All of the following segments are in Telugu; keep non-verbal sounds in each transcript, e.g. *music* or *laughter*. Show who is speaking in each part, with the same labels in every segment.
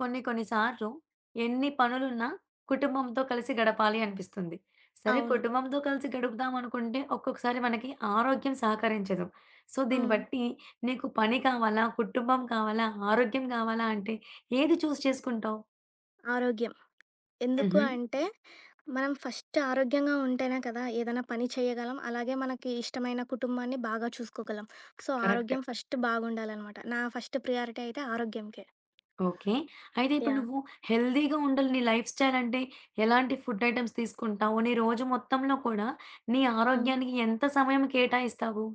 Speaker 1: కొన్ని కొన్ని సార్లు ఎన్ని పనులున్నా కుటుంబంతో కలిసి గడపాలి అనిపిస్తుంది. సరే
Speaker 2: అవును.
Speaker 1: కుటుంబంతో కలిసి గడుపుదాం అనుకుంటే ఒక్కొక్కసారి మనకి ఆరోగ్యం సహకరించదు. సో, దీన్ని
Speaker 2: హ్మ్.
Speaker 1: బట్టి నీకు పని కావాలా? కుటుంబం కావాలా? ఆరోగ్యం కావాలా? అంటే ఏది చేసుకుంటావు?
Speaker 2: ఆరోగ్యం. ఎందుకు
Speaker 1: హుహు.
Speaker 2: అంటే, మనం ఫస్ట్ ఆరోగ్యంగా ఉంటేనే కదా ఏదైనా పని చేయగలం. అలాగే మనకి ఇష్టమైన కుటుంబాన్ని బాగా చూసుకోగలం. So,
Speaker 1: correct.
Speaker 2: ఆరోగ్యం ఫస్ట్ బాగుండాలనమాట. నా ఫస్ట్ ప్రియారిటీ అయితే ఆరోగ్యంకే.
Speaker 1: ఓకే. అయితే ఇప్పుడు
Speaker 2: యాహ్!
Speaker 1: నువ్వు హెల్తీగా ఉండాలి. నీ లైఫ్ స్టైల్ అంటే ఎలాంటి ఫుడ్ ఐటెమ్స్ తీసుకుంటావు? నీ రోజు మొత్తంలో కూడా నీ
Speaker 2: హ్మ్.
Speaker 1: ఆరోగ్యానికి ఎంత సమయం కేటాయిస్తావు?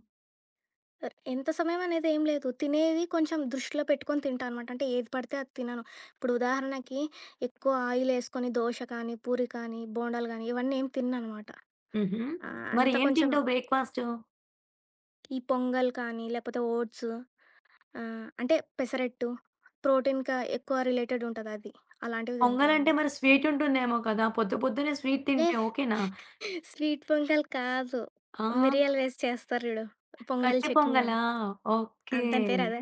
Speaker 2: ఎంత సమయం అనేది ఏం లేదు. తినేది కొంచెం దృష్టిలో పెట్టుకొని తింటా అనమాట. అంటే ఏది పడితే అది తినను. ఇప్పుడు ఉదాహరణకి ఎక్కువ ఆయిల్ ఏసుకొని దోస కానీ, పూరి కానీ, బోండాలు గానీ ఇవన్నీ ఏం తినననమాట.
Speaker 1: హుహు. మరి
Speaker 2: అంత
Speaker 1: ఏం
Speaker 2: కొంచెం
Speaker 1: తింటావు బ్రేక్‌ఫాస్టు?
Speaker 2: ఈ పొంగల్ కానీ, లేకపోతే ఓట్స్. ఆ! అంటే పెసరెట్టు, ప్రోటీన్‌కా ఎక్కువ రిలేటెడ్ ఉంటదది. అలాంటివి
Speaker 1: పొంగలంటే
Speaker 2: తింటానంట.
Speaker 1: మరి స్వీట్ ఉంటుందేమో కదా! పొద్దు పొద్దున్నే స్వీట్
Speaker 2: లే
Speaker 1: తింటే ఓకేనా?
Speaker 2: స్వీట్ పొంగల్ కాదు.
Speaker 1: ఆ!
Speaker 2: మిరియాలు వేసి చేస్తారు జూడు. పొంగల్
Speaker 1: కట్టె
Speaker 2: చట్నీ అని.
Speaker 1: పొంగలా?
Speaker 2: ఆ!
Speaker 1: ఓకే.
Speaker 2: దాని పేరు అదే.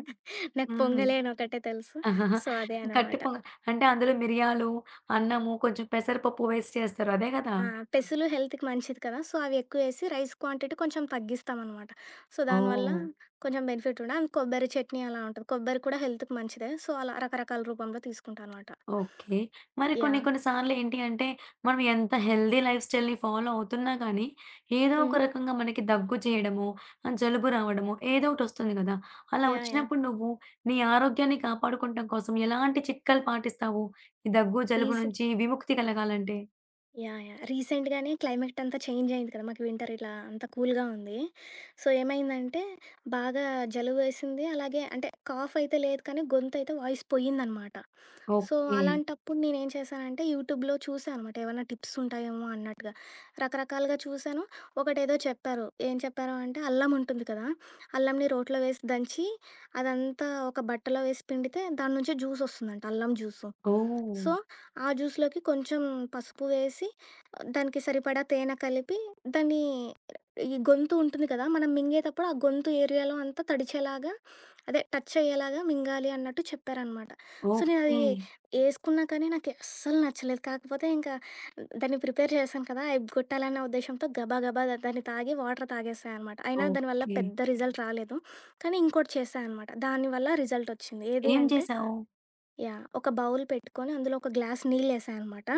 Speaker 2: నాకు
Speaker 1: హ్మ్.
Speaker 2: పొంగలే అని ఒకటే తెలుసు.
Speaker 1: *laughs*
Speaker 2: సో, అదే
Speaker 1: కట్టె
Speaker 2: అనమాట.
Speaker 1: పొంగల్ అంటే అందులో మిరియాలు, అన్నము, కొంచెం పెసరపప్పు వేసి చేస్తారు అదే గదా!
Speaker 2: ఆ! పెసలు హెల్త్‌కి మంచిది కదా! సో, అవి ఎక్కువేసి రైస్ క్వాంటిటీ కొంచెం తగ్గిస్తామనమాట. సో, దానివల్ల
Speaker 1: ఓహ్!
Speaker 2: కొంచెం బెనిఫిట్ ఉండే అండ్ కొబ్బరి చట్నీ అలా ఉంటది. కొబ్బరి కూడా హెల్త్‌కి మంచిదే. సో, అలా రకరకాల రూపంలో తీసుకుంటా అనమాట.
Speaker 1: ఓకే. మరి కొన్ని
Speaker 2: యాహ్!
Speaker 1: కొన్ని సార్లేంటి అంటే, మనం ఎంత హెల్తీ లైఫ్ స్టైల్‌ని ఫాలో అవుతున్నా కానీ, ఏదో
Speaker 2: హ్మ్.
Speaker 1: ఒక రకంగా మనకి దగ్గు చేయడమో, జలుబు రావడమో ఏదో ఒకటొస్తుంది గదా! అలా
Speaker 2: యాహ్! యాహ్!
Speaker 1: వచ్చినప్పుడు నువ్వు నీ ఆరోగ్యాన్ని కాపాడుకోవటం కోసం ఎలాంటి చిట్కాలు పాటిస్తావు? ఈ దగ్గు, జలుబు
Speaker 2: ప్లీజ్.
Speaker 1: నుంచి విముక్తి కలగాలంటే?
Speaker 2: యాహ్! యాహ్! రీసెంట్‌గానే క్లైమేట్ అంతా చేంజ్ అయింది కదా! మాకు వింటర్ ఇట్లా అంతా కూల్‌గా ఉంది. సో, ఏమైందంటే బాగా జలుబేసింది. అలాగే అంటే కాఫ్ అయితే లేదు కానీ గొంతయితే వాయిస్ పోయిందనమాట. So,
Speaker 1: okay.
Speaker 2: అలాంటప్పుడు నేనేం చేశానంటే యూట్యూబ్‌లో చూసా అనమాట. ఏవన్నా టిప్స్ ఉంటాయేమో అన్నట్టుగా. రకరకాలుగా చూసాను. ఒకటేదో చెప్పారు. ఏం చెప్పారు అంటే అల్లం ఉంటుంది కదా! అల్లంని రోట్లో వేసి దంచి అదంతా ఒక బట్టలో వేసి పిండితే దాని నుంచి జ్యూస్ వస్తుందంట అల్లం జ్యూసు.
Speaker 1: ఓహ్!
Speaker 2: సో, ఆ జ్యూస్‌లోకి కొంచెం పసుపు వేసి, దానికి సరిపడా తేనె కలిపి, దాన్ని ఈ గొంతు ఉంటుంది కదా! మనం మింగేతప్పుడు ఆ గొంతు ఏరియాలో అంతా తడిచేలాగా అదే టచ్ అయ్యేలాగా మింగాలి అన్నట్టు చెప్పారనమాట. సో, నేనది
Speaker 1: ఓకే.
Speaker 2: ఏసుకున్నా కానీ నాకు అస్సలు నచ్చలేదు. కాకపోతే ఇంకా దాన్ని ప్రిపేర్ చేశాను కదా! ఎగ్గొట్టాలన్న ఉద్దేశ్యంతో గబా గబా దాన్ని తాగి వాటర్ తాగేశా అనమాట. అయినా దానివల్ల
Speaker 1: ఓకే.
Speaker 2: పెద్ద రిజల్ట్ రాలేదు. కానీ ఇంకోటి చేశా అనమాట. దానివల్ల రిజల్ట్ వచ్చింది. ఏది
Speaker 1: ఏం
Speaker 2: అంటే
Speaker 1: చేశావు?
Speaker 2: యాహ్! ఒక బౌల్ పెట్టుకొని అందులో ఒక గ్లాస్ నీళ్ళేసా అనమాట.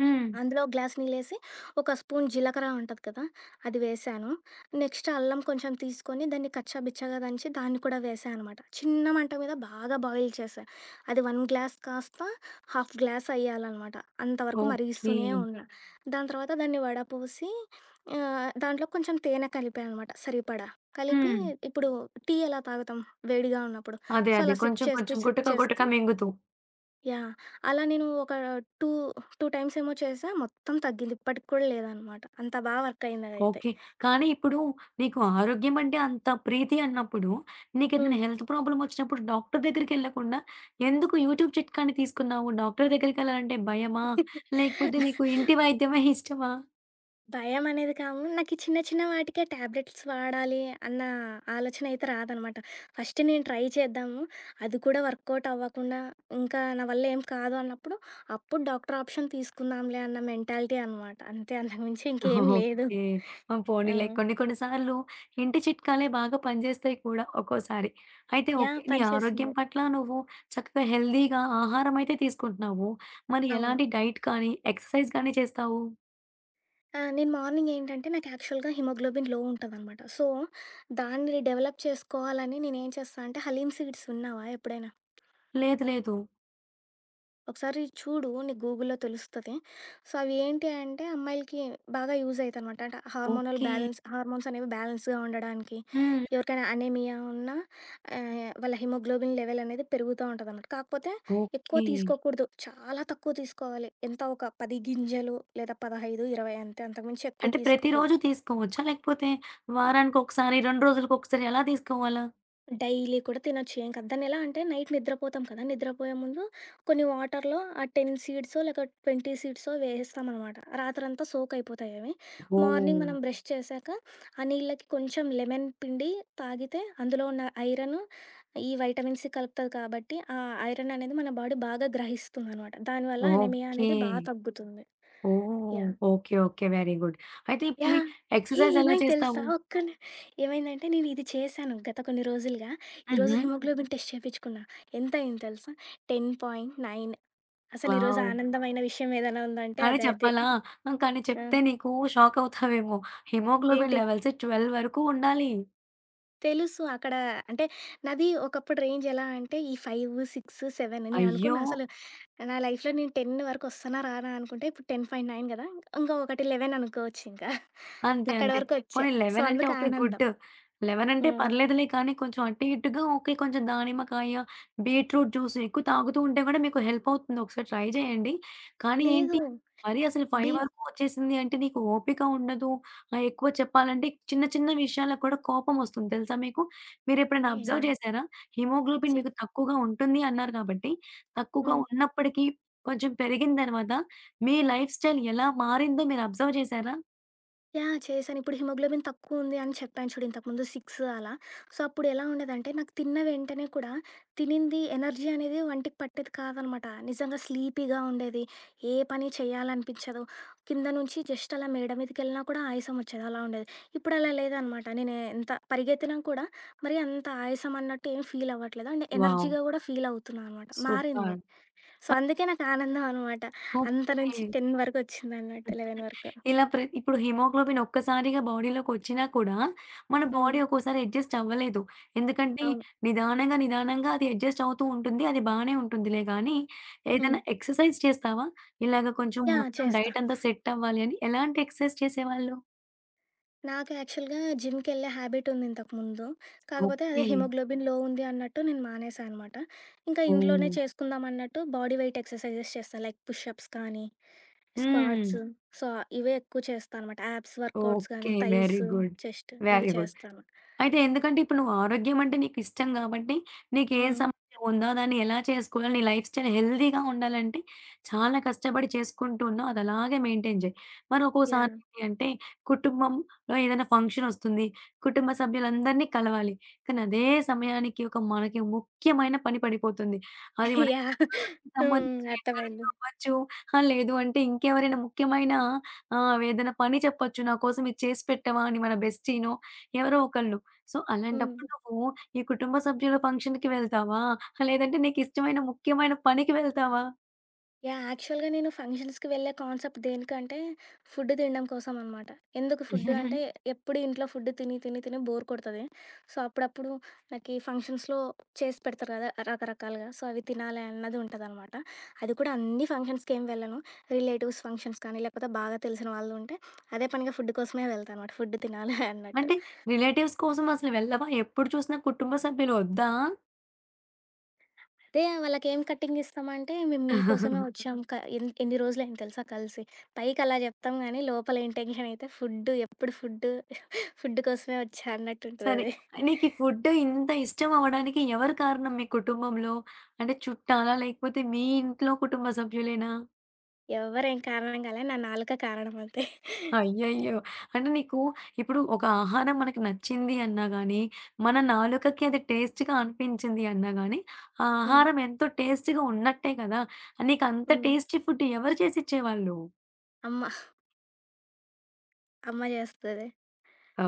Speaker 1: హ్మ్.
Speaker 2: అందులో గ్లాస్ నీళ్ళేసి, ఒక స్పూన్ జీలకర్ర ఉంటది కదా! అది వేశాను. నెక్స్ట్ అల్లం కొంచెం తీసుకొని దాన్ని కచ్చా బిచ్చాగా దంచి దాన్ని కూడా వేశా అనమాట. చిన్న మంట మీద బాగా బాయిల్ చేశా. అది 1 గ్లాస్ కాస్త హాఫ్ గ్లాస్ అయ్యాలనమాట. అంతవరకు
Speaker 1: ఓకే.
Speaker 2: మరిగిస్తూనే ఉన్నా. దాని తర్వాత దాన్ని వడపోసి దాంట్లో కొంచెం తేనె కలిపా అనమాట సరిపడా. కలిపి
Speaker 1: హ్మ్.
Speaker 2: ఇప్పుడు టీ ఎలా తాగుతాం వేడిగా ఉన్నప్పుడు.
Speaker 1: అదే.
Speaker 2: సో,
Speaker 1: అదే.
Speaker 2: అలా సిప్
Speaker 1: కొంచెం
Speaker 2: చేస్తూ,
Speaker 1: కొంచెం
Speaker 2: సిప్
Speaker 1: గుటక గుటక
Speaker 2: చేస్తూ
Speaker 1: మింగుతూ.
Speaker 2: యాహ్! అలా నేను ఒక 2, 2 టైమ్స్ ఏమో చేశా. మొత్తం తగ్గింది. ఇప్పటికి కూడా లేదనమాట. అంత బా వర్క్ అయింది అదైతే.
Speaker 1: ఓకే. కానీ ఇప్పుడు నీకు ఆరోగ్యం అంటే అంత ప్రీతి అన్నప్పుడు,
Speaker 2: హ్మ్.
Speaker 1: నీకేదైనా హెల్త్ ప్రాబ్లమ్ ఒచ్చినప్పుడు డాక్టర్ దగ్గరికెళ్ళకుండా, ఎందుకు యూట్యూబ్ చిట్కాని తీసుకున్నావు? డాక్టర్ దగ్గరికెళ్ళాలంటే భయమా? లేకపోతే నీకు ఇంటి వైద్యమే ఇష్టమా?
Speaker 2: భయం అనేది కాము, నాకీ చిన్న చిన్న వాటికే టాబ్లెట్స్ వాడాలి అన్న ఆలోచన అయితే రాదనమాట. ఫస్ట్ నేను ట్రై చేద్దాము. అది కూడా వర్కౌట్ అవ్వకుండా, ఇంకా నా వల్ల ఏం కాదు అన్నప్పుడు, అప్పుడు డాక్టర్ ఆప్షన్ తీసుకుందాంలే అన్న మెంటాలిటీ అనమాట. అంతే అంతకు మించి ఇంకేం లేదు.
Speaker 1: ఓకే. ఆ!
Speaker 2: ఆ!
Speaker 1: పోనీలే. కొన్ని కొన్ని సార్లు ఇంటి చిట్కాలే బాగా పనిజేస్తాయి కూడా ఒక్కోసారి. అయితే ఓకే.
Speaker 2: యాహ్!
Speaker 1: నీ ఆరోగ్యం
Speaker 2: పనిచేసింది.
Speaker 1: పట్ల నువ్వు చక్కగా హెల్తీగా ఆహారం అయితే తీసుకుంటున్నావు. మరి
Speaker 2: అవును.
Speaker 1: ఎలాంటి డైట్ కానీ, ఎక్సర్‌సైజ్ గానీ చేస్తావు?
Speaker 2: ఆ! నేను మార్నింగ్ ఏంటంటే, నాకు యాక్చువల్‌గా హిమోగ్లోబిన్ లో ఉంటదనమాట. సో, దాన్ని డెవలప్ చేసుకోవాలని నేనేం చేస్తా అంటే, హలీం సీడ్స్ విన్నావా ఎప్పుడైనా?
Speaker 1: లేదు. లేదు.
Speaker 2: ఒకసారి చూడు నీకు గూగుల్‌లో తెలుస్తది. సో, అవి ఏంటి అంటే, అమ్మాయిలకి బాగా యూజ్ అయితనమాట. అంటే హార్మోనల్
Speaker 1: ఓకే.
Speaker 2: బ్యాలెన్స్ హార్మోన్స్ అనేవి బ్యాలెన్స్‌గా ఉండడానికి,
Speaker 1: హ్మ్.
Speaker 2: ఎవరికైనా అనీమియా ఉన్నా వాళ్ళ హిమోగ్లోబిన్ లెవెల్ అనేది పెరుగుతా ఉంటదనమాట. కాకపోతే ఎక్కువ
Speaker 1: ఓకే.
Speaker 2: తీసుకోకూడదు. చాలా తక్కువ తీసుకోవాలి. ఎంత ఒక 10 గింజలు లేదా 15, 20 అంతే. అంతకుమించి ఎక్కువ
Speaker 1: అంటే ప్రతిరోజు
Speaker 2: తీసుకోకూడదు.
Speaker 1: తీసుకోవచ్చా? లేకపోతే వారానికొకసారి, 2 రోజులకొకసారి ఎలా తీసుకోవాలా?
Speaker 2: డైలీ కూడా తినొచ్చు. ఏం కాదు. దాన్నెలా అంటే నైట్ నిద్రపోతాం కదా! నిద్రపోయే ముందు కొన్ని వాటర్‌లో ఆ 10 సీడ్సో లేక 20 సీడ్సో వేసేస్తామనమాట. రాత్రంతా సోక్ అయిపోతాయి అవి.
Speaker 1: ఓహ్!
Speaker 2: మార్నింగ్ మనం బ్రష్ చేశాక ఆ నీళ్ళకి కొంచెం లెమన్ పిండి తాగితే అందులో ఉన్న ఐరన్, ఈ వైటమిన్ సి కలుపుతది కాబట్టి ఆ ఐరన్ అనేది మన బాడీ బాగా గ్రహిస్తుందనమాట. దానివల్ల అనీమియా
Speaker 1: ఓకే.
Speaker 2: అనేది బా తగ్గుతుంది.
Speaker 1: Oh!
Speaker 2: Yeah!
Speaker 1: Okay. Okay. Very good. అయితే ఇప్పుడు నీ
Speaker 2: యాహ్!
Speaker 1: ఎక్సర్‌సైజ్ ఎలా
Speaker 2: ఏమైంది తెలుసా?
Speaker 1: చేస్తావు?
Speaker 2: ఒక్క ని ఏమైందంటే నేను ఇది చేశాను గత కొన్ని రోజులుగా. ఈరోజు
Speaker 1: హుహు.
Speaker 2: హ్మ్. హిమోగ్లోబిన్ టెస్ట్ చేపించుకున్నా. ఎంత అయింది తెలుసా? 10.9. అసలు ఈరోజు
Speaker 1: వావ్!
Speaker 2: ఆనందమైన విషయం ఏదైనా ఉందంటే
Speaker 1: కానీ
Speaker 2: అదే అదే.
Speaker 1: చెప్పాలా? ఆ! కానీ
Speaker 2: ఆ!
Speaker 1: చెప్తే నీకు షాక్ అవుతావేమో. హిమోగ్లోబిన్
Speaker 2: ఏంటి?
Speaker 1: లెవెల్స్ 12 వరకు ఉండాలి.
Speaker 2: తెలుసు అక్కడ అంటే నాది ఒకప్పుడు రేంజ్ ఎలా అంటే ఈ 5, 6, 7 నేను
Speaker 1: అయ్యో!
Speaker 2: అనుకున్నా అసలు. నా లైఫ్‌లో నేను 10 వరకు వస్తానా? రానా? అనుకుంటే ఇప్పుడు 10.9 కదా! ఇంకా ఒకటి 11 అనుకోవచ్చు ఇంకా.
Speaker 1: అంతే.
Speaker 2: అక్కడి
Speaker 1: అంతే.
Speaker 2: వరకు వచ్చా.
Speaker 1: పోనీ
Speaker 2: సో,
Speaker 1: 11 అంటే
Speaker 2: అందుకు
Speaker 1: ఓకే.
Speaker 2: ఆనందం.
Speaker 1: గుడ్. 11 అంటే
Speaker 2: హ్మ్.
Speaker 1: పర్లేదులే కానీ కొంచెం అటు ఇటుగా ఓకే. కొంచెం దానిమ్మకాయ, బీట్రూట్ జ్యూస్ ఎక్కువ తాగుతూ ఉంటే కూడా మీకు హెల్ప్ అవుతుంది. ఒకసారి ట్రై చేయండి. కానీ
Speaker 2: లేదు.
Speaker 1: ఏంటి మరీ అసలు 5 వరకు వచ్చేసింది అంటే నీకు ఓపిక ఉండదు. ఎక్కువ చెప్పాలంటే చిన్న చిన్న విషయాలకు కూడా కోపం వస్తుంది తెలుసా మీకు? మీరెప్పుడైనా
Speaker 2: బీపీయా?
Speaker 1: అబ్జర్వ్ చేశారా? హిమోగ్లోబిన్
Speaker 2: చే
Speaker 1: మీకు తక్కువగా ఉంటుంది అన్నారు కాబట్టి, తక్కువగా
Speaker 2: హ్మ్.
Speaker 1: ఉన్నప్పటికీ కొంచెం పెరిగిన తర్వాత మీ లైఫ్ స్టైల్ ఎలా మారిందో మీరు అబ్జర్వ్ చేశారా?
Speaker 2: యాహ్! చేశాను. ఇప్పుడు హిమోగ్లోబిన్ తక్కువ ఉంది అని చెప్పాను చూడు ఇంతకుముందు 6 అలా. సో, అప్పుడు ఎలా ఉండేదంటే నాకు తిన్న వెంటనే కూడా తినింది ఎనర్జీ అనేది వంటికి పట్టేది కాదనమాట. నిజంగా స్లీపీగా ఉండేది. ఏ పని చేయాలనిపించదు. కింద నుంచి జస్ట్ అలా మేడ మీదకెళ్ళినా కూడా ఆయాసం వచ్చేది. అలా ఉండేది. ఇప్పుడు అలా లేదనమాట. నేను ఎంత పరిగెత్తినా కూడా మరి అంత ఆయాసం అన్నట్టు ఏం ఫీల్ అవ్వట్లేదు. And
Speaker 1: wow!
Speaker 2: ఎనర్జీగా కూడా ఫీల్ అవుతున్నా అనమాట.
Speaker 1: సూపర్.
Speaker 2: మారింది. సో, అందుకే నాకు ఆనందం అనమాట. అంత
Speaker 1: ఓకే.
Speaker 2: నుంచి 10 వరకొచ్చిందన్నట్టు. 11 వరకు.
Speaker 1: ఇలా ప్ర ఇప్పుడు హిమోగ్లోబిన్ ఒక్కసారిగా బాడీలోకొచ్చినా కూడా, మన
Speaker 2: హ్మ్.
Speaker 1: బాడీ ఒక్కోసారి అడ్జస్ట్ అవ్వలేదు. ఎందుకంటే
Speaker 2: అవును.
Speaker 1: నిదానంగా, నిదానంగా అది అడ్జస్ట్ అవుతూ ఉంటుంది. అది బానే ఉంటుందిలే గానీ,
Speaker 2: హ్మ్.
Speaker 1: ఏదైనా ఎక్సర్సైజ్ చేస్తావా? ఇలాగ కొంచెం
Speaker 2: యాహ్!
Speaker 1: మొత్తం
Speaker 2: చేస్తా.
Speaker 1: డైట్ అంతా సెట్ అవ్వాలి అని ఎలాంటి ఎక్సర్సైజ్ చేసేవాళ్ళు?
Speaker 2: నాకు యాక్చువల్‌గా జిమ్‌కెళ్ళే హ్యాబిటుంది ఇంతకుముందు. కాకపోతే అదే
Speaker 1: ఓకే.
Speaker 2: హిమోగ్లోబిన్ లో ఉంది అన్నట్టు నేను మానేశా అనమాట. ఇంకా ఇంట్లోనే
Speaker 1: ఓహ్!
Speaker 2: చేసుకుందాం అన్నట్టు బాడీ వెయిట్ ఎక్సర్‌సైజెస్ చేస్తా. లైక్ పుషప్స్ కానీ,
Speaker 1: హ్మ్.
Speaker 2: స్క్వాట్స్. సో, ఇవే ఎక్కువ చేస్తా అనమాట. Abs workouts
Speaker 1: okay.
Speaker 2: గానీ, థైస్,
Speaker 1: వెరీ గుడ్.
Speaker 2: చెస్ట్ ఇవి
Speaker 1: వెరీ గుడ్.
Speaker 2: చేస్తాను.
Speaker 1: అయితే ఎందుకంటే ఇప్పుడు నువ్వు ఆరోగ్యం అంటే నీకిష్టం గాబట్టి, నీకే
Speaker 2: హ్మ్.
Speaker 1: సమస్య ఉందో దాన్ని ఎలా చేసుకోవాలి, నీ లైఫ్ స్టైల్ హెల్తీగా ఉండాలంటే చాలా కష్టపడి చేసుకుంటూ ఉన్నావు. అది అలాగే మెయింటైన్ జెయి. మరి ఒక్కోసారి
Speaker 2: యాహ్!
Speaker 1: ఏంటి అంటే కుటుంబంలో ఏదైనా ఫంక్షన్ ఒస్తుంది. కుటుంబ సభ్యులందరినీ కలవాలి. కానీ అదే సమయానికి ఒక మనకి ముఖ్యమైన పని పడిపోతుంది. అది మన
Speaker 2: యాహ్! హ్మ్.
Speaker 1: ఉద్యోగానికి సంబంధించి
Speaker 2: *laughs*
Speaker 1: ఇంటర్వ్యూ
Speaker 2: అర్థమైంది.
Speaker 1: అవ్వచ్చు. లేదు అంటే ఇంకెవరైనా ముఖ్యమైన ఏదైనా పని చెప్పొచ్చు. నా కోసం ఇది చేసి పెట్టవా అని మన బెస్టీనో ఎవరో ఒకళ్ళు. సో,
Speaker 2: హ్మ్.
Speaker 1: అలాంటప్పుడు నువ్వు ఈ కుటుంబ సభ్యుల ఫంక్షన్‌కి వెళ్తావా? లేదంటే నీకిష్టమైన ముఖ్యమైన పనికి వెళ్తావా?
Speaker 2: యాహ్! యాక్చువల్‌గా నేను ఫంక్షన్స్‌కి వెళ్ళే కాన్సెప్ట్ దేనికంటే, ఫుడ్ తినడం కోసం అనమాట. ఎందుకు ఫుడ్ అంటే, ఎప్పుడు ఇంట్లో ఫుడ్ తిని, తిని, తిని బోర్ కొడతది. సో, అప్పుడప్పుడు నాకీ ఫంక్షన్స్‌లో చేసి పెడతారు కదా! రకరకాలుగా. సో, అవి తినాలి అన్నది ఉంటదనమాట. అది కూడా అన్ని ఫంక్షన్స్‌కేం వెళ్ళను. రిలేటివ్స్ ఫంక్షన్స్ కానీ, లేకపోతే బాగా తెలిసిన వాళ్ళు ఉంటే, అదే పనిగా ఫుడ్ కోసమే వెళ్తా అనమాట. ఫుడ్ తినాలి అన్నట్టు.
Speaker 1: అంటే రిలేటివ్స్ కోసం అసలు వెళ్ళవా? ఎప్పుడు చూసినా కుటుంబ సభ్యులు వద్దా?
Speaker 2: అదే వాళ్ళకేం కటింగ్ ఇస్తామంటే, "మేము మీకోసమే వచ్చాం. క ఎన్ ఎన్ని రోజులయింది తెలుసా కలిసి. పైకి అలా చెప్తాం గానీ, లోపల ఇంటెన్షన్ అయితే ఫుడ్డు, ఎప్పుడు ఫుడ్డు, ఫుడ్ కోసమే వచ్చా"
Speaker 1: సరే.
Speaker 2: అన్నట్టుంటదది.
Speaker 1: నీకీ ఫుడ్ ఇంత ఇష్టం అవ్వడానికి ఎవరు కారణం మీ కుటుంబంలో? అంటే చుట్టాలా? లేకపోతే మీ ఇంట్లో కుటుంబ సభ్యులేనా?
Speaker 2: ఎవ్వరేం కారణం కాలే. నా నాలుక కారణం అంతే.
Speaker 1: అయ్యయ్యో! అంటే నీకు ఇప్పుడు ఒక ఆహారం మనకి నచ్చింది అన్నా గానీ, మన నాలుకకి అది టేస్ట్‌గా అనిపించింది అన్నా గానీ, ఆ
Speaker 2: హ్మ్.
Speaker 1: ఆహారం ఎంతో టేస్ట్‌గా ఉన్నట్టే కదా! నీకంత
Speaker 2: హ్మ్.
Speaker 1: టేస్టీ ఫుడ్ ఎవరు చేసిచ్చేవాళ్ళు?
Speaker 2: అమ్మ. అమ్మ చేస్తది.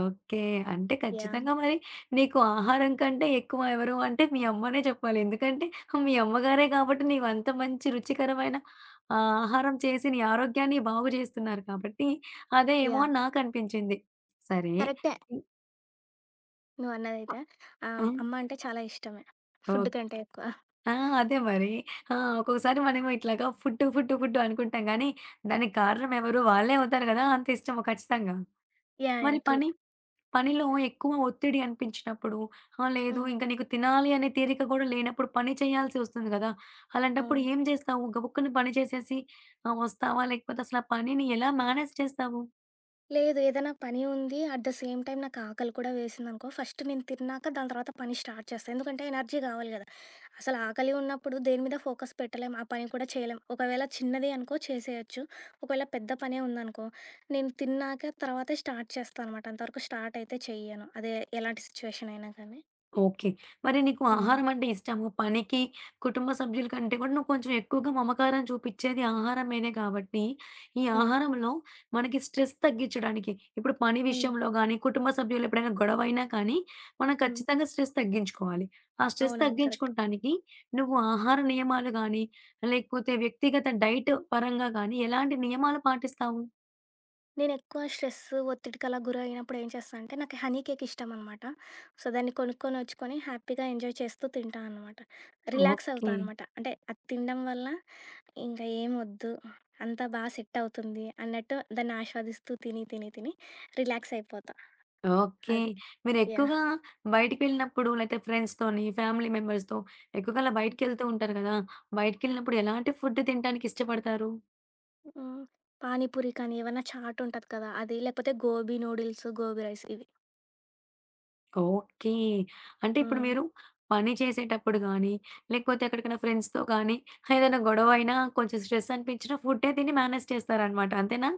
Speaker 1: ఓకే. అంటే
Speaker 2: యాహ్!
Speaker 1: ఖచ్చితంగా మరి నీకు ఆహారం కంటే ఎక్కువ ఎవరు అంటే మీ అమ్మనే చెప్పాలి. ఎందుకంటే మీ అమ్మగారే కాబట్టి నీవంత మంచి రుచికరమైన ఆహారం చేసి నీ ఆరోగ్యాన్ని బాగు జేస్తున్నారు కాబట్టి అదే ఏమో
Speaker 2: యాహ్!
Speaker 1: అని నాకనిపించింది. సరే.
Speaker 2: కరెక్టే నువ్వన్నదైతే.
Speaker 1: హ్మ్.
Speaker 2: అమ్మ అంటే చాలా ఇష్టమే.
Speaker 1: ఆ! ఓకే.
Speaker 2: ఫుడ్ కంటే ఎక్కువ.
Speaker 1: ఆ! అదే మరి. ఆ! ఒక్కొక్కసారి మనము ఇట్లాగా ఫుడ్, ఫుడ్, ఫుడ్ అనుకుంటాం గానీ, దానికి కారణం ఎవరు వాళ్ళే అవుతారు గదా! అంత ఇష్టము ఖచ్చితంగా.
Speaker 2: యాహ్! యాహ్!
Speaker 1: మరి
Speaker 2: ట్రూ.
Speaker 1: పని పనిలో ఎక్కువ ఒత్తిడి అనిపించినప్పుడు, లేదు
Speaker 2: హ్మ్.
Speaker 1: ఇంక నీకు తినాలి అనే తీరిక గూడా లేనప్పుడు పని చేయాల్సి వస్తుంది గదా! అలాంటప్పుడు
Speaker 2: అవును.
Speaker 1: ఏం జేస్తావు? గబుక్కున పని చేసేసి వస్తావా? లేకపోతే అసలు ఆ పనిని ఎలా మేనేజ్ చేస్తావు?
Speaker 2: లేదు. ఏదైనా పని ఉంది. అట్ ద సేమ్ టైమ్ నాకు ఆకలి కూడా వేసిందనుకో, ఫస్ట్ నేను తిన్నాక దాని తర్వాత పని స్టార్ట్ చేస్తా. ఎందుకంటే ఎనర్జీ గావాలి గదా! అసలు ఆకలి ఉన్నప్పుడు దేని మీద ఫోకస్ పెట్టలేం. ఆ పని కూడా చేయలేం. ఒకవేళ చిన్నది అనుకో చేసేయొచ్చు. ఒకవేళ పెద్ద పనే ఉందనుకో, నేను తిన్నాక తర్వాతే స్టార్ట్ చేస్తా అనమాట. అంతవరకు స్టార్ట్ అయితే చెయ్యను. అదే ఎలాంటి సిచ్యువేషన్ అయినా కానీ.
Speaker 1: ఓకే. మరి నీకు
Speaker 2: హ్మ్.
Speaker 1: ఆహారం అంటే ఇష్టము. పనికి, కుటుంబ సభ్యుల కంటే కూడా నువ్వు కొంచెం ఎక్కువగా మమకారం చూపిచ్చేది ఆహారం మీదే కాబట్టి, ఈ
Speaker 2: హ్మ్.
Speaker 1: ఆహారంలో మనకి స్ట్రెస్ తగ్గించడానికి ఇప్పుడు పని
Speaker 2: హ్మ్.
Speaker 1: విషయంలో గానీ, కుటుంబ సభ్యులు ఎప్పుడైనా గొడవైనా కానీ, మనం
Speaker 2: హ్మ్.
Speaker 1: ఖచ్చితంగా స్ట్రెస్ తగ్గించుకోవాలి. ఆ స్ట్రెస్
Speaker 2: అవునవును. కరెక్ట్.
Speaker 1: తగ్గించుకుంటానికి నువ్వు ఆహార నియమాలు గానీ, లేకపోతే వ్యక్తిగత డైట్ పరంగా గానీ ఎలాంటి నియమాలు పాటిస్తావు?
Speaker 2: నేనెక్కువ స్ట్రెస్, ఒత్తిడికలా గురైనప్పుడు ఏం చేస్తా అంటే, నాకు హనీ కేక్ ఇష్టమనమాట. సో, దాన్ని కొనుక్కొనొచ్చుకొని హ్యాపీగా ఎంజాయ్ చేస్తూ తింటా అనమాట. రిలాక్స్ అవుతా
Speaker 1: ఓకే.
Speaker 2: అనమాట. అంటే అది తినడం వల్ల ఇంక ఏమొద్దు, అంతా బా సెట్టవుతుంది అన్నట్టు దాన్ని ఆస్వాదిస్తూ తిని, తిని, తిని రిలాక్స్ అయిపోతా.
Speaker 1: ఓకే.
Speaker 2: అది. యాహ్!
Speaker 1: మీరెక్కువగా బయటికెళ్ళినప్పుడు లేతే ఫ్రెండ్స్‌తోని, ఫ్యామిలీ మెంబర్స్‌తో ఎక్కువగా అలా బయటికెళ్తూ ఉంటారు గదా! బయటికెళ్ళినప్పుడు ఎలాంటి ఫుడ్ తినటానికి ఇష్టపడతారు?
Speaker 2: హ్మ్. పానీపూరి కానీ, ఏవన్నా చాటుంటది కదా! అది, లేకపోతే గోబీ నూడిల్స్, గోబీ రైస్ ఇవి.
Speaker 1: ఓకే. అంటే ఇప్పుడు
Speaker 2: హ్మ్.
Speaker 1: మీరు పని చేసేటప్పుడు గానీ, లేకపోతే ఎక్కడికైనా ఫ్రెండ్స్‌తో గానీ, ఏదైనా గొడవైనా, కొంచెం స్ట్రెస్ అనిపించినా ఫుడ్డే తిని మేనేజ్ చేస్తారనమాట. అంతేనా?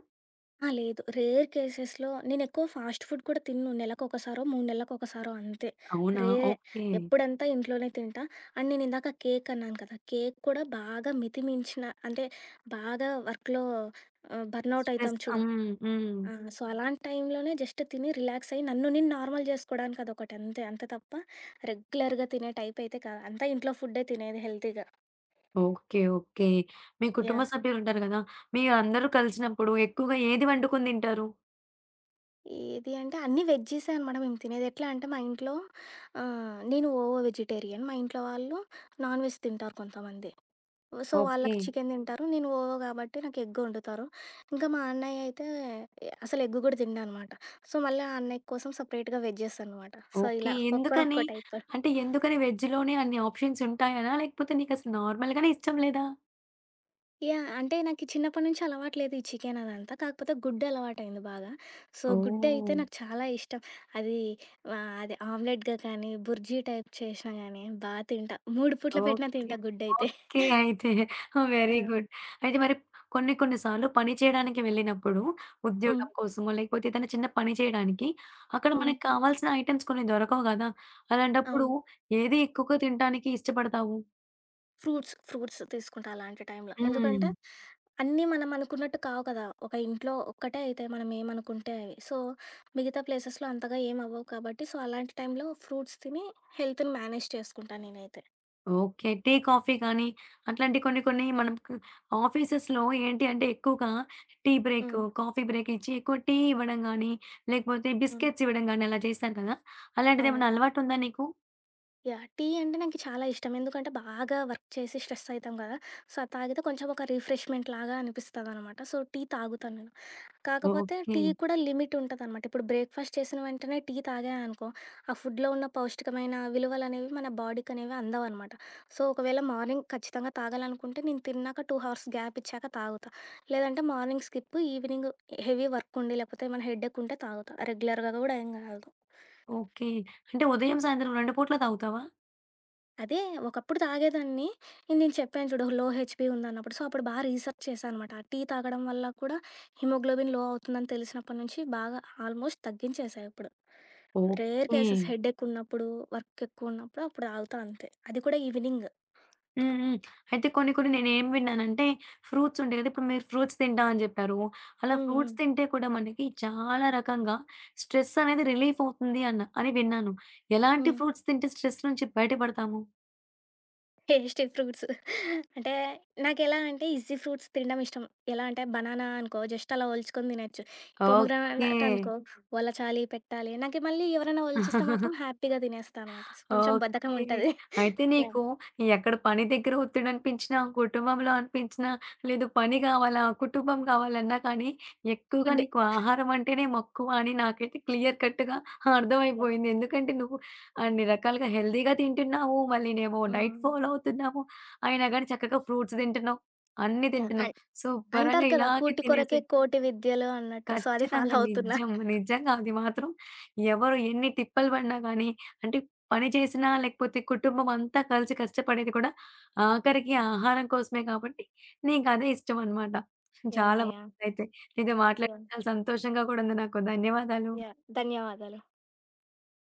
Speaker 2: ఆ! లేదు. రేర్ కేసెస్‌లో నేనెక్కువ ఫాస్ట్ ఫుడ్ కూడా తినను. నెలకొకసారో, 3 నెలలకొకసారో అంతే.
Speaker 1: అవునా?
Speaker 2: రేరే.
Speaker 1: ఓకే.
Speaker 2: ఎప్పుడంతా ఇంట్లోనే తింటా. అండ్ నేనిందాక కేక్ అన్నాను కదా! కేక్ కూడా బాగా మితిమించిన అంటే బాగా వర్క్‌లో బర్నౌట్
Speaker 1: స్ట్రెస్.
Speaker 2: అయితాం చూడు.
Speaker 1: హ్మ్. హ్మ్.
Speaker 2: ఆ! సో, అలాంటి టైంలోనే జస్ట్ తిని రిలాక్స్ అయ్యి నన్ను నేను నార్మల్ జేసుకోవడానికి అదొకటి అంతే. అంతే అంత తప్ప రెగ్యులర్‌గా తినే టైప్ అయితే కాదు. అంతా ఇంట్లో ఫుడ్డే తినేది హెల్తీగా.
Speaker 1: ఓకే. ఓకే. మీ కుటుంబ
Speaker 2: యాహ్!
Speaker 1: సభ్యులుంటారు గదా! మీరందరూ కలిసినప్పుడు ఎక్కువగా ఏది వండుకొని తింటారు?
Speaker 2: ఏది అంటే అన్నీ వెజ్జీసే అనమాట మేము తినేది. ఎట్లా అంటే మా ఇంట్లో నేను ఓవో వెజిటేరియన్. మా ఇంట్లో వాళ్ళు నాన్ వెజ్ తింటారు కొంతమంది. So,
Speaker 1: okay.
Speaker 2: వాళ్ళకి చికెన్ తింటారు. నేను ఓవో కాబట్టి నాకు ఎగ్ వండుతారు. ఇంకా మా అన్నయ్య అయితే అసలు ఎగ్ కూడా తినడనమాట. సో, మళ్ళీ ఆ అన్నయ్య కోసం సెపరేట్‌గా వెజ్ చేస్తా అనమాట. So,
Speaker 1: okay.
Speaker 2: ఇలా
Speaker 1: ఎందుకని?
Speaker 2: ఒక్కరొక్కో టైప్.
Speaker 1: అంటే ఎందుకని వెజ్‌లోనే అన్ని ఆప్షన్స్ ఉంటాయనా? లేకపోతే నీకసలు నార్మల్‌గానే ఇష్టం లేదా?
Speaker 2: యాహ్! అంటే నాకి చిన్నప్పటి నుంచి అలవాటు లేదు ఈ చికెన్ అదంతా. కాకపోతే గుడ్డు అలవాటయింది బాగా. సో, గుడ్డయితే
Speaker 1: ఓహ్!
Speaker 2: నాకు చాలా ఇష్టం. అది అది ఆమ్లెట్‌గా కానీ, బుర్జీ టైప్ చేసినా గానీ బా తింటా. 3 పూట్ల పెట్టినా
Speaker 1: ఓకే.
Speaker 2: తింటా గుడ్డయితే.
Speaker 1: ఓకే. అయితే
Speaker 2: ఆ!
Speaker 1: Very good. అయితే మరి కొన్ని కొన్ని సార్లు పని చేయడానికి వెళ్ళినప్పుడు
Speaker 2: హ్మ్.
Speaker 1: ఉద్యోగం కోసమో, లేకపోతే ఏదైనా చిన్న పని చేయడానికి అక్కడ
Speaker 2: హ్మ్.
Speaker 1: మనకు కావాల్సిన ఐటెమ్స్ కొన్ని దొరకవు గదా! అలాంటప్పుడు
Speaker 2: అవును.
Speaker 1: ఏది ఎక్కువగా తినటానికి ఇష్టపడతావు?
Speaker 2: ఫ్రూట్స్, ఫ్రూట్స్ తీసుకుంటా అలాంటి టైంలో.
Speaker 1: హ్మ్.
Speaker 2: ఎందుకంటే, అన్నీ మనం అనుకున్నట్టు కావు కదా! ఒక ఇంట్లో ఒక్కటే అయితాయి మనం ఏమనుకుంటే అవి. సో, మిగతా ప్లేసెస్‌లో అంతగా ఏం అవ్వవు కాబట్టి, సో, అలాంటి టైంలో ఫ్రూట్స్ తిని హెల్త్‌ని మేనేజ్ చేసుకుంటా నేనైతే.
Speaker 1: ఓకే. టీ, కాఫీ కానీ అట్లాంటి కొన్ని కొన్ని మనకు ఆఫీసెస్‌లో ఏంటి అంటే ఎక్కువగా tea break,
Speaker 2: hmm.
Speaker 1: Coffee break ఇచ్చి ఎక్కువ టీ ఇవ్వడం గానీ, లేకపోతే
Speaker 2: హ్మ్.
Speaker 1: బిస్కెట్స్ ఇవ్వడం గానీ అలా చేస్తారు కదా!
Speaker 2: అవును.
Speaker 1: అలాంటిదేమన్నా అలవాటుందా నీకు?
Speaker 2: యాహ్! టీ అంటే నాకు చాలా ఇష్టం. ఎందుకంటే బాగా వర్క్ చేసి స్ట్రెస్ అయితాం కదా! సో, అది తాగితే కొంచెం ఒక రిఫ్రెష్‌మెంట్ లాగా అనిపిస్తదనమాట. సో, టీ తాగుతాను నేను. కాకపోతే
Speaker 1: ఓకే.
Speaker 2: టీ కూడా లిమిట్ ఉంటదనమాట. ఇప్పుడు బ్రేక్‌ఫాస్ట్ చేసిన వెంటనే టీ తాగాననుకో, ఆ ఫుడ్‌లో ఉన్న పౌష్టికమైన విలువలనేవి మన బాడీకనేవి అందవనమాట. సో, ఒకవేళ మార్నింగ్ ఖచ్చితంగా తాగాలనుకుంటే నేను తిన్నాక 2 హవర్స్ గ్యాప్ ఇచ్చాక తాగుతా. లేదంటే morning skip, evening heavy work ఉండి, లేకపోతే ఏమైనా హెడేక్ ఉంటే తాగుతా. రెగ్యులర్‌గా కూడా ఏం తాగను.
Speaker 1: ఓకే. అంటే ఉదయం, సాయంత్రం 2 పూట్ల తాగుతావా?
Speaker 2: అదే ఒకప్పుడు తాగేదాన్ని. నేను నేను చెప్పాను చూడు లో హెచ్‌బీ ఉందన్నప్పుడు. సో, అప్పుడు బాగా రీసెర్చ్ చేశా అనమాట. టీ తాగడం వల్ల కూడా హిమోగ్లోబిన్ లో అవుతుందని తెలిసినప్పటి నుంచి బాగా ఆల్మోస్ట్ తగ్గించేశా ఇప్పుడు. Rare
Speaker 1: okay.
Speaker 2: కేసెస్ హెడేక్ ఉన్నప్పుడు, వర్క్ ఎక్కువ ఉన్నప్పుడు అప్పుడు తాగుతా అంతే. అది కూడా ఈవినింగ్.
Speaker 1: హ్మ్. హ్మ్. అయితే కొన్ని కొన్ని నేనేం విన్నానంటే ఫ్రూట్స్ ఉంటాయి కదా! ఇప్పుడు మీరు ఫ్రూట్స్ తింటా అని చెప్పారు. అలా
Speaker 2: హ్మ్. హ్మ్.
Speaker 1: ఫ్రూట్స్ తింటే కూడా మనకి చాలా రకంగా స్ట్రెస్ అనేది రిలీఫ్ అవుతుంది అన్న అని విన్నాను. ఎలాంటి
Speaker 2: హ్మ్.
Speaker 1: ఫ్రూట్స్ తింటే స్ట్రెస్ నుంచి బయటపడతాము?
Speaker 2: Tasty fruits. అంటే నాకెలా అంటే ఈజీ ఫ్రూట్స్ తినడం ఇష్టం. ఎలా అంటే బనానా అనుకో జస్ట్ అలా ఒలుచుకొని తినొచ్చు.
Speaker 1: ఓకే.
Speaker 2: పొమోగ్రానేట్ అనుకో ఒలచాలి, పెట్టాలి. నాకు మళ్ళీ ఎవరైనా ఒలిచిస్తే మాత్రం
Speaker 1: *laughs*
Speaker 2: హ్యాపీగా తినేస్తా అనమాట. సో, కొంచెం
Speaker 1: ఓకే.
Speaker 2: బద్ధకం ఉంటది.
Speaker 1: అయితే
Speaker 2: యాహ్!
Speaker 1: నీకు ఎక్కడ పని దగ్గర ఒత్తిడనిపించినా, కుటుంబంలో అనిపించినా, లేదు పని కావాలా, కుటుంబం కావాలన్నా కానీ ఎక్కువగా
Speaker 2: ఫుడ్.
Speaker 1: నీకు ఆహారం అంటేనే మక్కువ అని నాకైతే క్లియర్ కట్‌గా
Speaker 2: యాహ్!
Speaker 1: అర్థమైపోయింది. ఎందుకంటే నువ్వు అన్ని రకాలుగా హెల్తీగా తింటున్నావు. మళ్ళీనేమో డైట్
Speaker 2: హ్మ్.
Speaker 1: ఫాలో అవుతున్నావు. అయినా గాని చక్కగా ఫ్రూట్స్ తింటున్నావు. అన్నీ
Speaker 2: యాహ్!
Speaker 1: తింటున్నావు. శుభ్రంగా
Speaker 2: అంటారు కదా!
Speaker 1: ఇలాగే
Speaker 2: "కూటి
Speaker 1: తినేసే
Speaker 2: కొరకే కోటి విద్యలు" అన్నట్టు. సో, అది ఫాలో
Speaker 1: ఖచ్చితంగా.
Speaker 2: అవుతున్నా.
Speaker 1: నిజం. నిజంగా అది మాత్రం ఎవరు ఎన్ని తిప్పలు పడినా గానీ, అంటే పని చేసినా, లేకపోతే కుటుంబం అంతా కలిసి కష్టపడేది కూడా ఆఖరికి ఆహారం కోసమే కాబట్టి నీకదే ఇష్టమనమాట. చాలా
Speaker 2: యాహ్! యాహ్!
Speaker 1: బావుందయితే. నీతో మాట్లాడి
Speaker 2: యాహ్!
Speaker 1: చాలా సంతోషంగా కూడా ఉంది నాకు. ధన్యవాదాలు.
Speaker 2: యాహ్! ధన్యవాదాలు.